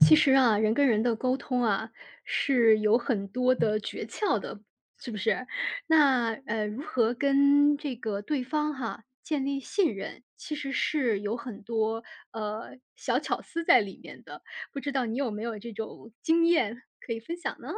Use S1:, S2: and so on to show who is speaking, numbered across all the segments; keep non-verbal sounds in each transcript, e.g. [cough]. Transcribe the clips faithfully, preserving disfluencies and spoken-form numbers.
S1: 其实啊，人跟人的沟通啊，是有很多的诀窍的，是不是？那呃，如何跟这个对方哈建立信任，其实是有很多呃小巧思在里面的。不知道你有没有这种经验可以分享呢？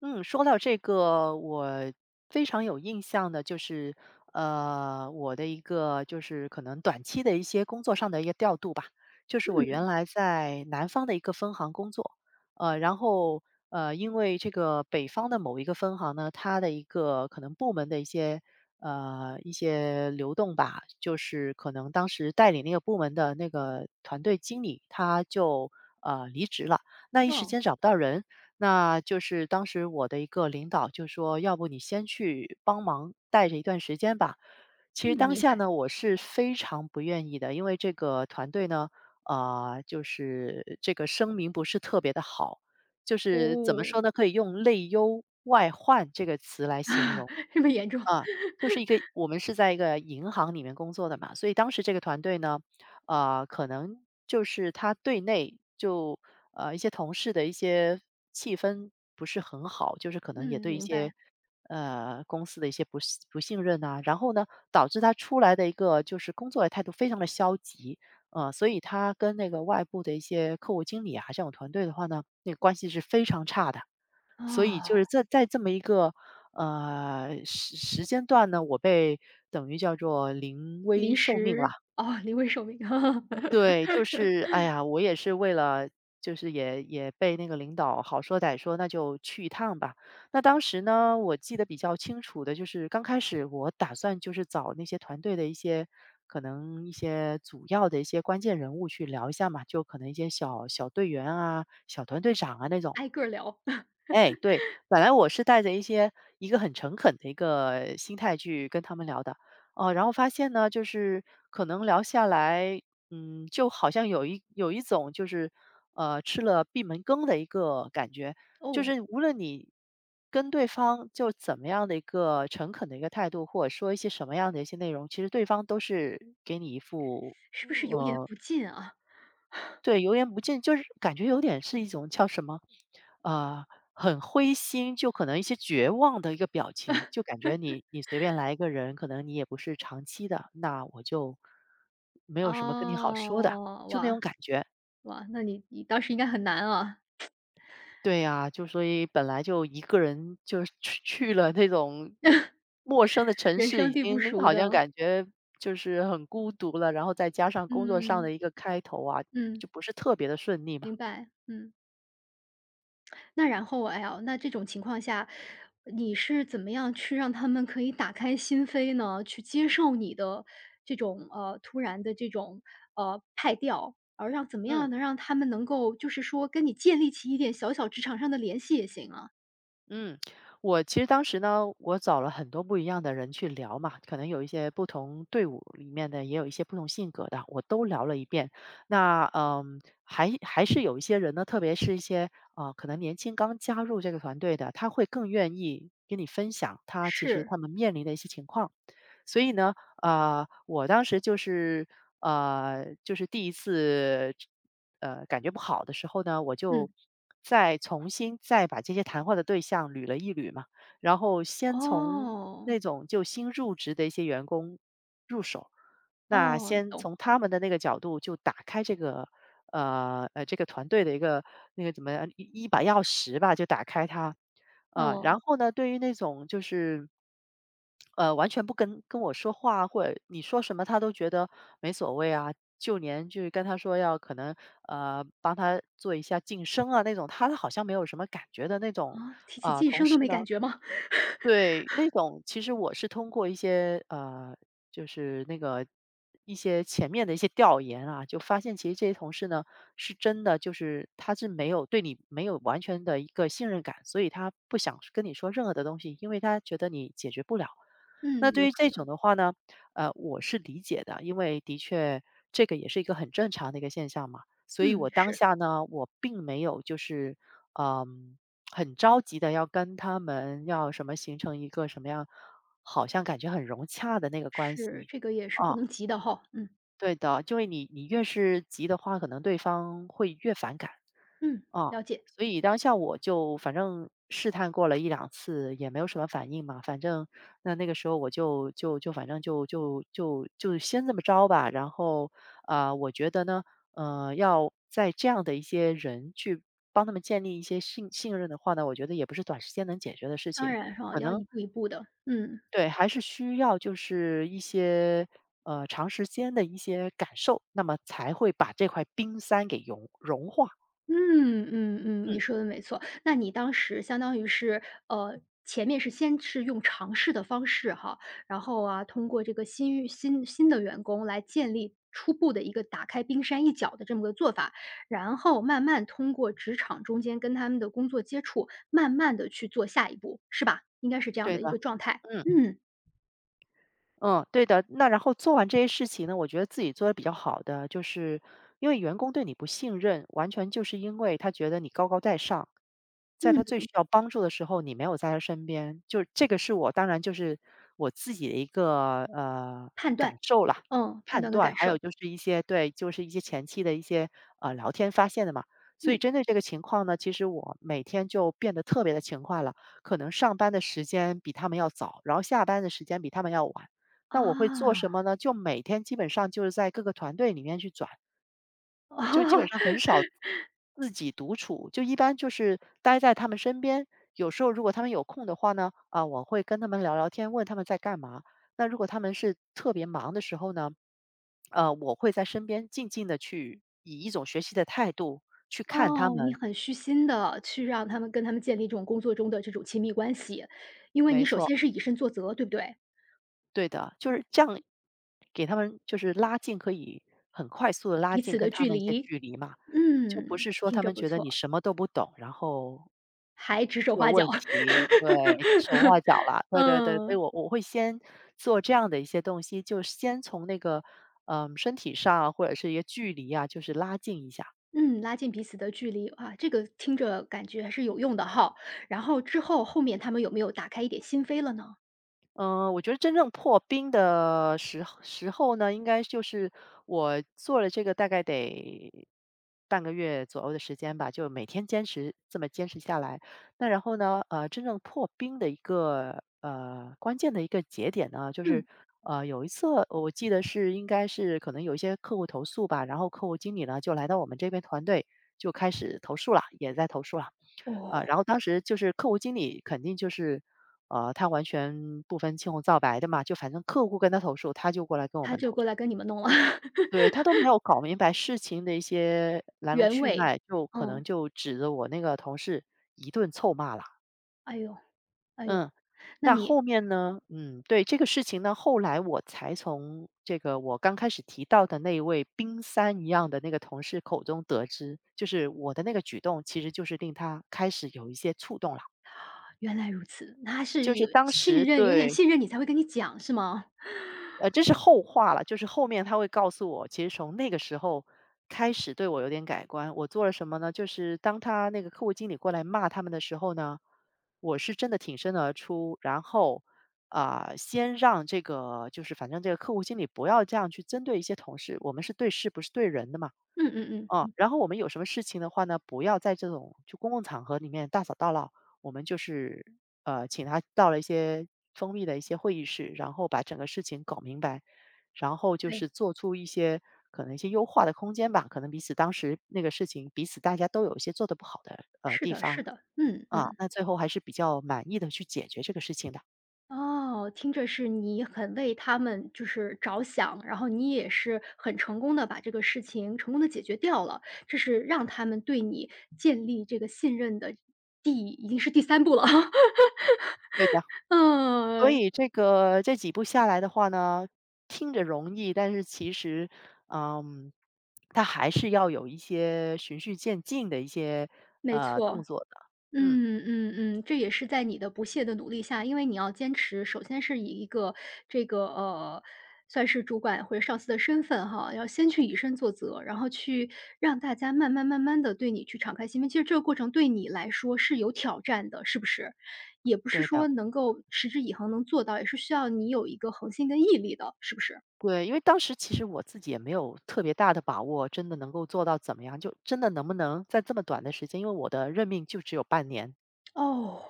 S2: 嗯，说到这个，我非常有印象的就是，呃，我的一个就是可能短期的一些工作上的一个调度吧。就是我原
S1: 嗯。
S2: 来在南方的一个分行工作，呃，然后呃，因为这个北方的某一个分行呢，它的一个可能部门的一些呃一些流动吧，就是可能当时带领那个部门的那个团队经理他就呃离职了，那一时
S1: 哦。
S2: 间找不到人。那就是当时我的一个领导就说：“要不你先去帮忙带着一段时间吧。”其
S1: 嗯，
S2: 实当
S1: 明
S2: 下
S1: 白。
S2: 呢，我是非常不愿意的，因为这个团队呢，啊、就是这个声明不是特别的好，就是怎么
S1: 哦，
S2: 说
S1: [laughs]
S2: 呢，可以用“内忧外患”这个词来形
S1: 啊，
S2: 容。
S1: 这么严重？
S2: 啊，就是一个我们是在一个银行里面工作的嘛，所以当时这个团队呢，呃，可能就是他对内就呃一些同事的一些气氛不是很好，就是可能也
S1: 嗯，
S2: 对一
S1: 明
S2: 些
S1: 白。
S2: 呃公司的一些不信不信任啊，然后呢，导致他出来的一个就是工作的态度非常的消极，呃，所以他跟那个外部的一些客户经理啊，这种团队的话呢，那个关系是非常差的。
S1: 哦。
S2: 所以就是在在这么一个呃，时时间段呢，我被等于叫做临危
S1: 临
S2: 受命啦。
S1: 时哦，临危受命。
S2: 对，就
S1: [laughs]
S2: 是哎呀，我也是为了就是也也被那个领导好说歹说，那就去一趟吧。那当时呢，我记得比较清楚的就是刚开始我打算就是找那些团队的一些可能一些主要的一些关键人物去聊一下嘛，就可能一些小小队员啊、小团队长啊那种。
S1: 挨个儿聊。[laughs]
S2: 哎，对，本来我是带着一些一个很诚恳的一个心态去跟他们聊的，哦，然后发现呢，就是可能聊下来，嗯，就好像有一有一种就是呃吃了闭门羹的一个感觉，就
S1: 哦。
S2: 是无论你跟对方就怎么样的一个诚恳的一个态度，或者说一些什么样的一些内容，其实对方都是给你一副
S1: 是不是油盐
S2: 呃。
S1: 不进啊？
S2: 对，油盐不进，就是感觉有点是一种叫什么，呃，很灰心，就可能一些绝望的一个表情，就感觉你你随便来一个人，可能你也不是长期的，那我就没有什么跟你好说的，
S1: 哦，
S2: 就那
S1: 哇
S2: 种感觉。
S1: 哇，那你你当时应该很难啊。
S2: 对呀，就所以本来就一个人就是去去了那种陌生的城
S1: 人
S2: 市，
S1: 生
S2: 已
S1: 地不
S2: 经
S1: 熟
S2: 好像
S1: 的。
S2: 感觉就是很孤独了，然后再加上工作上的
S1: 嗯
S2: 一个开头啊，
S1: 嗯，
S2: 就不是特别的顺利嘛。
S1: 明白，嗯。那然后，哎呀，那这种情况下，你是怎么样去让他们可以打开心扉呢？去接受你的这种，呃，突然的这种，呃，派调，而让怎么
S2: 嗯。
S1: 样能让他们能够就是说跟你建立起一点小小职场上的联系也行啊。
S2: 嗯，我其实当时呢，我找了很多不一样的人去聊嘛，可能有一些不同队伍里面的，也有一些不同性格的，我都聊了一遍。那嗯，还还是有一些人呢，特别是一些啊、呃可能年轻刚加入这个团队的，他会更愿意跟你分享他其实
S1: 是。
S2: 他们面临的一些情况。所以呢，啊，我当时就是呃，就是第一次呃，感觉不好的时候呢，我就
S1: 嗯。
S2: 再重新再把这些谈话的对象捋了一捋嘛，然后先从
S1: 哦。
S2: 那种就新入职的一些员工入手，那
S1: 哦，
S2: 先
S1: 懂。
S2: 从他们的那个角度就打开这个呃呃这个团队的一个那个怎么样一一把钥匙吧，就打开它。呃，然
S1: 哦。
S2: 后呢，对于那种就是呃，完全不跟跟我说话，或者你说什么他都觉得没所谓啊。就连就是跟他说要可能呃帮他做一下晋升啊那种，他好像没有什么感觉的那种
S1: 啊，提起
S2: 呃
S1: 晋
S2: 同
S1: 升
S2: 事
S1: 都没
S2: 呢。
S1: 感觉吗？[laughs]
S2: 对，那种其实我是通过一些呃，就是那个一些前面的一些调研啊，就发现其实这些同事呢，是真的就是他是没有对你没有完全的一个信任感，所以他不想跟你说任何的东西，因为他觉得你解决不了。那
S1: 嗯，
S2: 对
S1: 有
S2: 于
S1: 可
S2: 这种
S1: 能。
S2: 的话呢，呃，我是理解的，因为的确这个也是一个很正常的一个现象嘛。所以
S1: 嗯，
S2: 我当
S1: 是。
S2: 下呢，我并没有就是，嗯、很着急的要跟他们要什么形成一个什么样，好像感觉很融洽的那个关
S1: 是，
S2: 系。
S1: 这个也是不
S2: 哦，
S1: 能急的哈。嗯。
S2: 对的，因为你你越是急的话，可能对方会越反感。
S1: 嗯，
S2: 哦，
S1: 了解。
S2: 所以当下我就反正试探过了一两次，也没有什么反应嘛。反正那那个时候我就就就反正就就就就先这么着吧。然后，啊，呃我觉得呢，呃，要在这样的一些人去帮他们建立一些信信任的话呢，我觉得也不是短时间能解决的事
S1: 当
S2: 情。
S1: 然哈，
S2: 可
S1: 要
S2: 能
S1: 一步一步的，嗯。
S2: 对，还是需要就是一些，呃，长时间的一些感受，那么才会把这块冰山给融融化。
S1: 嗯嗯嗯，你
S2: 嗯，
S1: 说的没错。那你当时相当于是，呃，前面是先是用尝试的方式哈，然后啊，通过这个新遇新新的员工来建立初步的一个打开冰山一角的这么个做法，然后慢慢通过职场中间跟他们的工作接触，慢慢的去做下一步，是吧？应该是这样
S2: 对
S1: 的一
S2: 的，
S1: 个状态。
S2: 嗯。
S1: 嗯。
S2: 嗯，对的。那然后做完这些事情呢，我觉得自己做的比较好的，就是因为员工对你不信任，完全就是因为他觉得你高高在上，在
S1: 嗯
S2: 他
S1: 嗯
S2: 最需要帮助的时候，你没有在他身边。就这个是我当然就是我自己的一个呃
S1: 判
S2: 感
S1: 断。
S2: 受啦、
S1: 嗯，判
S2: 判
S1: 断跟
S2: 断，
S1: 感
S2: 还有
S1: 受。
S2: 就是一些对，就是一些前期的一些呃聊天发现的嘛。所以
S1: 嗯。
S2: 针对这个情况呢，其实我每天就变得特别的勤快了，可能上班的时间比他们要早，然后下班的时间比他们要晚。那我会做什
S1: 啊。
S2: 么呢？就每天基本上就是在各个团队里面去转，
S1: [laughs]
S2: 就基本
S1: 哦
S2: 上很少自己独处，就一般就是待在他们身边。有时候如果他们有空的话呢，啊，我会跟他们聊聊天，问他们在干嘛。那如果他们是特别忙的时候呢，呃，我会在身边静静的去以一种学习的态度去看他
S1: 哦，你
S2: 们，
S1: 很虚心的去让他们跟他们建立这种工作中的这种亲密关系，因为
S2: 没
S1: 你首
S2: 错。
S1: 先是以身作则，对不对？
S2: 对的，就是这样，给他们就是拉近，可以很快速的拉
S1: 彼
S2: 近
S1: 此
S2: 跟
S1: 的
S2: 他
S1: 距
S2: 们一些
S1: 离。
S2: 距离嘛。就不
S1: 嗯，
S2: 是说
S1: 听
S2: 他
S1: 着
S2: 们
S1: 不
S2: 觉得你
S1: 错。
S2: 什么都不懂，然后
S1: 还指手
S2: 出了
S1: 画脚。
S2: 问题，对，手画
S1: [laughs]
S2: 脚了，对对对。所以
S1: 嗯。
S2: 我我会先做这样的一些东西，就先从那个，嗯身体上或者是一个距离啊，就是拉近一下。
S1: 嗯，拉近彼此的距离，啊，这个听着感觉还是有用的哈。然后之后后面他们有没有打开一点心扉了呢？
S2: 嗯，呃我觉得真正破冰的时候时候呢，应该就是我做了这个大概得半个月左右的时间吧，就每天坚持这么坚持下来。那然后呢，呃，真正破冰的一个呃关键的一个节点呢，就是
S1: 嗯。
S2: 呃有一次我记得是应该是可能有一些客户投诉吧，然后客户经理呢就来到我们这边团队就开始投诉了，也在投诉了。
S1: 哦，
S2: 啊，然后当时就是客户经理肯定就是，呃，他完全不分青红皂白的嘛，就反正客户跟他投诉，他就过来跟我
S1: 他
S2: 们投
S1: 就过
S2: 诉。
S1: 来跟你们弄了。[laughs]
S2: 对，他都没有搞明白事情的一些来龙
S1: 原
S2: 去
S1: 委。
S2: 脉，就可能
S1: 嗯。
S2: 就指着我那个同事一顿臭骂了。
S1: 哎呦。哎呦。
S2: 嗯，
S1: 那
S2: 那
S1: 你
S2: 后面呢？嗯，对这个事情呢，后来我才从这个我刚开始提到的那一位冰山一样的那个同事口中得知，就是我的那个举动，其实就是令他开始有一些触动了。
S1: 原来如此，那还是
S2: 就是
S1: 有
S2: 当
S1: 信
S2: 时
S1: 任有点
S2: 对，
S1: 信任你才会跟你讲，是吗？[laughs]
S2: 呃，这是后话了，就是后面他会告诉我，其实从那个时候开始对我有点改观。我做了什么呢？就是当他那个客户经理过来骂他们的时候呢，我是真的挺身而出，然后啊、先让这个就是反正这个客户经理不要这样去针对一些同事，我们是对事不是对人的嘛。
S1: 嗯嗯
S2: 哦，
S1: 嗯。
S2: 然后我们有什么事情的话呢，不要在这种就公共场合里面大吵大闹，我们就是呃，请他到了一些封闭的一些会议室，然后把整个事情搞明白，然后就
S1: 对。
S2: 是做出一些可能一些优化的空间吧，可能彼此当时那个事情，彼此大家都有一些做得不好的呃
S1: 是
S2: 地
S1: 的
S2: 方
S1: 是的，嗯
S2: 啊，
S1: 嗯。
S2: 那最后还是比较满意的去解决这个事情的，
S1: 哦，听着是你很为他们就是着想，然后你也是很成功的把这个事情成功的解决掉了。这是让他们对你建立这个信任的第已经是第三步了。[laughs]
S2: 对的。所
S1: 嗯，
S2: 以这个这几步下来的话呢，听着容易，但是其实，嗯，它还是要有一些循序渐进的一些
S1: 没
S2: 呃动
S1: 错。
S2: 作的。嗯，
S1: 嗯嗯嗯，这也是在你的不懈的努力下，因为你要坚持，首先是以一个这个呃，算是主管或者上司的身份哈，要先去以身作则，然后去让大家慢慢慢慢的对你去敞开心扉。其实这个过程对你来说是有挑战的，是不是？也不是
S2: 对的，
S1: 说能够持之以恒能做到，也是需要你有一个恒心跟毅力的，是不是？
S2: 对，因为当时其实我自己也没有特别大的把握，真的能够做到怎么样，就真的能不能在这么短的时间，因为我的任命就只有半年
S1: 哦，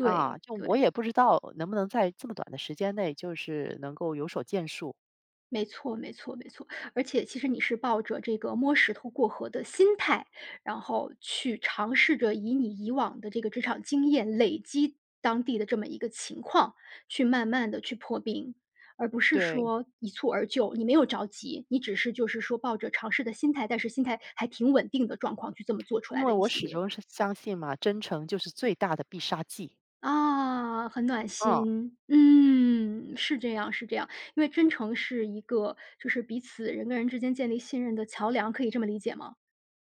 S2: 啊，就我
S1: 对。
S2: 也不知道能不能在这么短的时间内，就是能够有所建树。
S1: 没错，没错，没错。而且其实你是抱着这个摸石头过河的心态，然后去尝试着以你以往的这个职场经验累积当地的这么一个情况，去慢慢的去破冰，而不是
S2: 对，
S1: 说一蹴而就。你没有着急，你只是就是说抱着尝试的心态，但是心态还挺稳定的状况去这么做出
S2: 因
S1: 来
S2: 为
S1: 的一
S2: 我
S1: 系
S2: 始
S1: 列。
S2: 终是相信嘛，真诚就是最大的必杀技。
S1: 啊，很暖
S2: 嗯，
S1: 心。嗯，是这样是这样。因为真诚是一个就是彼此人跟人之间建立信任的桥梁，可以这么理解吗？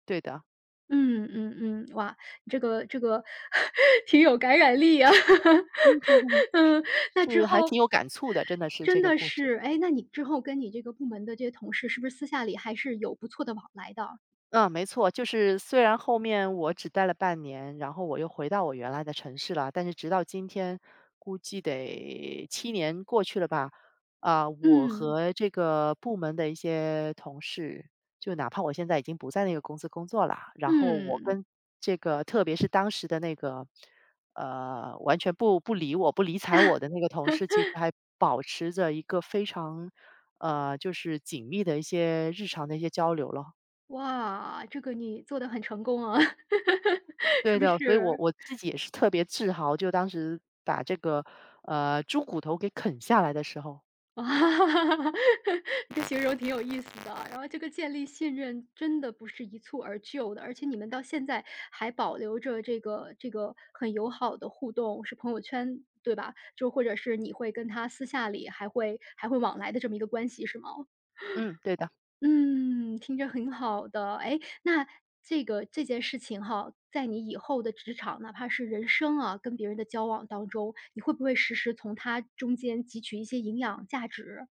S2: 对的，
S1: 嗯嗯嗯，哇，这个这个 [laughs] 挺有感染力啊。[laughs] 嗯。那之
S2: 是还挺
S1: 后
S2: 有感触的，真的是这
S1: 真
S2: 个
S1: 的
S2: 故事。
S1: 是。哎，那你之后跟你这个部门的这些同事，是不是私下里还是有不错的往来的？
S2: 嗯，没错，就是虽然后面我只待了半年，然后我又回到我原来的城市了，但是直到今天，估计得七年过去了吧。啊、我
S1: 嗯
S2: 和这个部门的一些同事，就哪怕我现在已经不在那个公司工作了，然后我
S1: 嗯，
S2: 跟这个，特别是当时的那个，呃，完全不不理我、不理睬我的那个同事，其实还保持着一个非常，呃，就是紧密的一些日常的一些交流了。
S1: 哇，这个你做的很成功啊，[laughs]
S2: 对
S1: 是不
S2: 的，所以我
S1: 是？
S2: 我自己也是特别自豪，就当时把这个，呃，猪骨头给啃下来的时候，
S1: 哈。[laughs] 这形容挺有意思的啊。然后这个建立信任真的不是一蹴而就的，而且你们到现在还保留着这个这个很友好的互动，是朋友圈，对吧？就或者是你会跟他私下里还会还会往来的这么一个关系，是吗？
S2: 嗯，对的，
S1: 嗯，听着很好的。哎，那这个这件事情哈，在你以后的职场，哪怕是人生啊，跟别人的交往当中，你会不会时时从他中间汲取一些营养价值？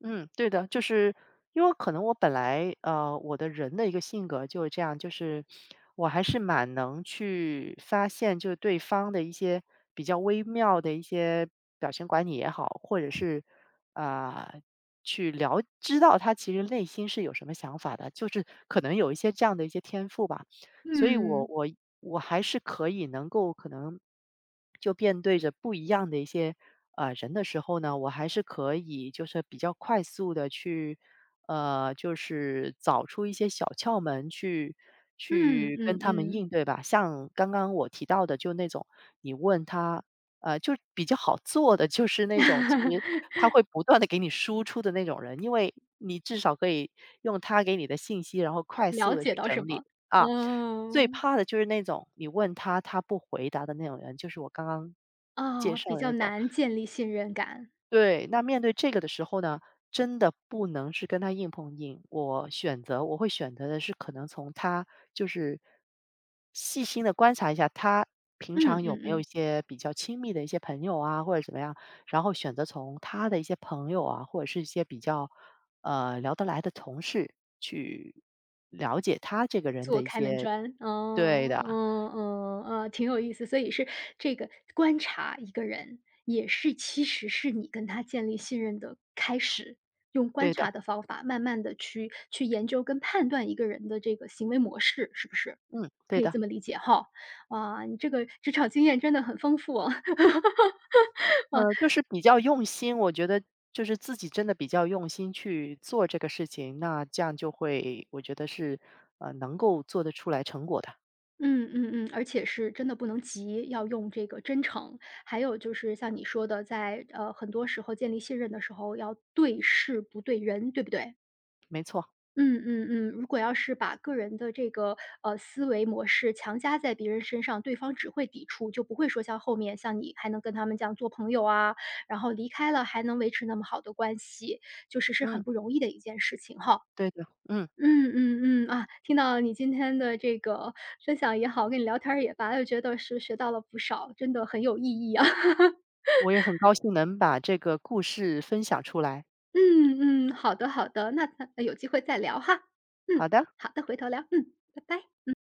S2: 嗯，对的，就是因为可能我本来，呃，我的人的一个性格就是这样，就是我还是蛮能去发现，就是对方的一些比较微妙的一些表情管理也好，或者是啊、呃去了知道他其实内心是有什么想法的，就是可能有一些这样的一些天赋吧。所以我
S1: 嗯。
S2: 我我还是可以能够可能就面对着不一样的一些呃人的时候呢，我还是可以就是比较快速的去呃就是找出一些小窍门去
S1: 嗯
S2: 去跟
S1: 嗯
S2: 他们
S1: 嗯。
S2: 应对吧。像刚刚我提到的，就那种你问他。呃，就比较好做的就是那种，其实
S1: [laughs]
S2: 他会不断的给你输出的那种人，因为你至少可以用他给你的信息，然后快速
S1: 了
S2: 的
S1: 解
S2: 去
S1: 到什
S2: 整
S1: 么？
S2: 理啊。最
S1: 嗯。
S2: 怕的就是那种你问他，他不回答的那种人，就是我刚刚介
S1: 哦，
S2: 绍
S1: 比
S2: 的那
S1: 较
S2: 种。
S1: 难建立信任感。
S2: 对，那面对这个的时候呢，真的不能是跟他硬碰硬。我选择我会选择的是，可能从他就是细心的观察一下，他平
S1: 嗯
S2: 常有
S1: 嗯
S2: 没有一
S1: 嗯，
S2: 些比较亲密的一些朋友啊，或者怎么样，然后选择从他的一些朋友啊，或者是一些比较呃聊得来的同事去了解他这个人的
S1: 做
S2: 一
S1: 开门
S2: 些
S1: 砖。
S2: 对的，
S1: 哦。嗯嗯嗯，嗯挺有意思。所以是这个观察一个人，也是其实是你跟他建立信任的开始，用观
S2: 对的。
S1: 察的方法，慢慢的去去研究跟判断一个人的这个行为模式，是不是？
S2: 嗯，对
S1: 可以
S2: 的，
S1: 这么理解哈？哇，你这个职场经验真的很丰富哦。
S2: 呃，就是比较用心，我觉得就是自己真的比较用心去做这个事情，那这样就会，我觉得是呃能够做得出来成果的，
S1: 嗯嗯嗯，而且是真的不能急，要用这个真诚。还有就是像你说的，在呃很多时候建立信任的时候，要对事不对人，对不对？
S2: 没错，
S1: 嗯嗯嗯，如果要是把个人的这个呃思维模式强加在别人身上，对方只会抵触，就不会说像后面像你还能跟他们这样做朋友啊，然后离开了还能维持那么好的关系，就是是
S2: 嗯，
S1: 很不容易的一件事情哈。
S2: 对的，嗯，
S1: 嗯嗯嗯，啊，听到你今天的这个分享也好，跟你聊天儿也罢，又觉得是学到了不少，真的很有意义啊。[laughs]
S2: 我也很高兴能把这个故事分享出来，
S1: 嗯嗯，好的好的，那咱有机会再聊哈。
S2: 好
S1: 嗯，
S2: 的。
S1: 好的，回头聊，嗯，拜拜。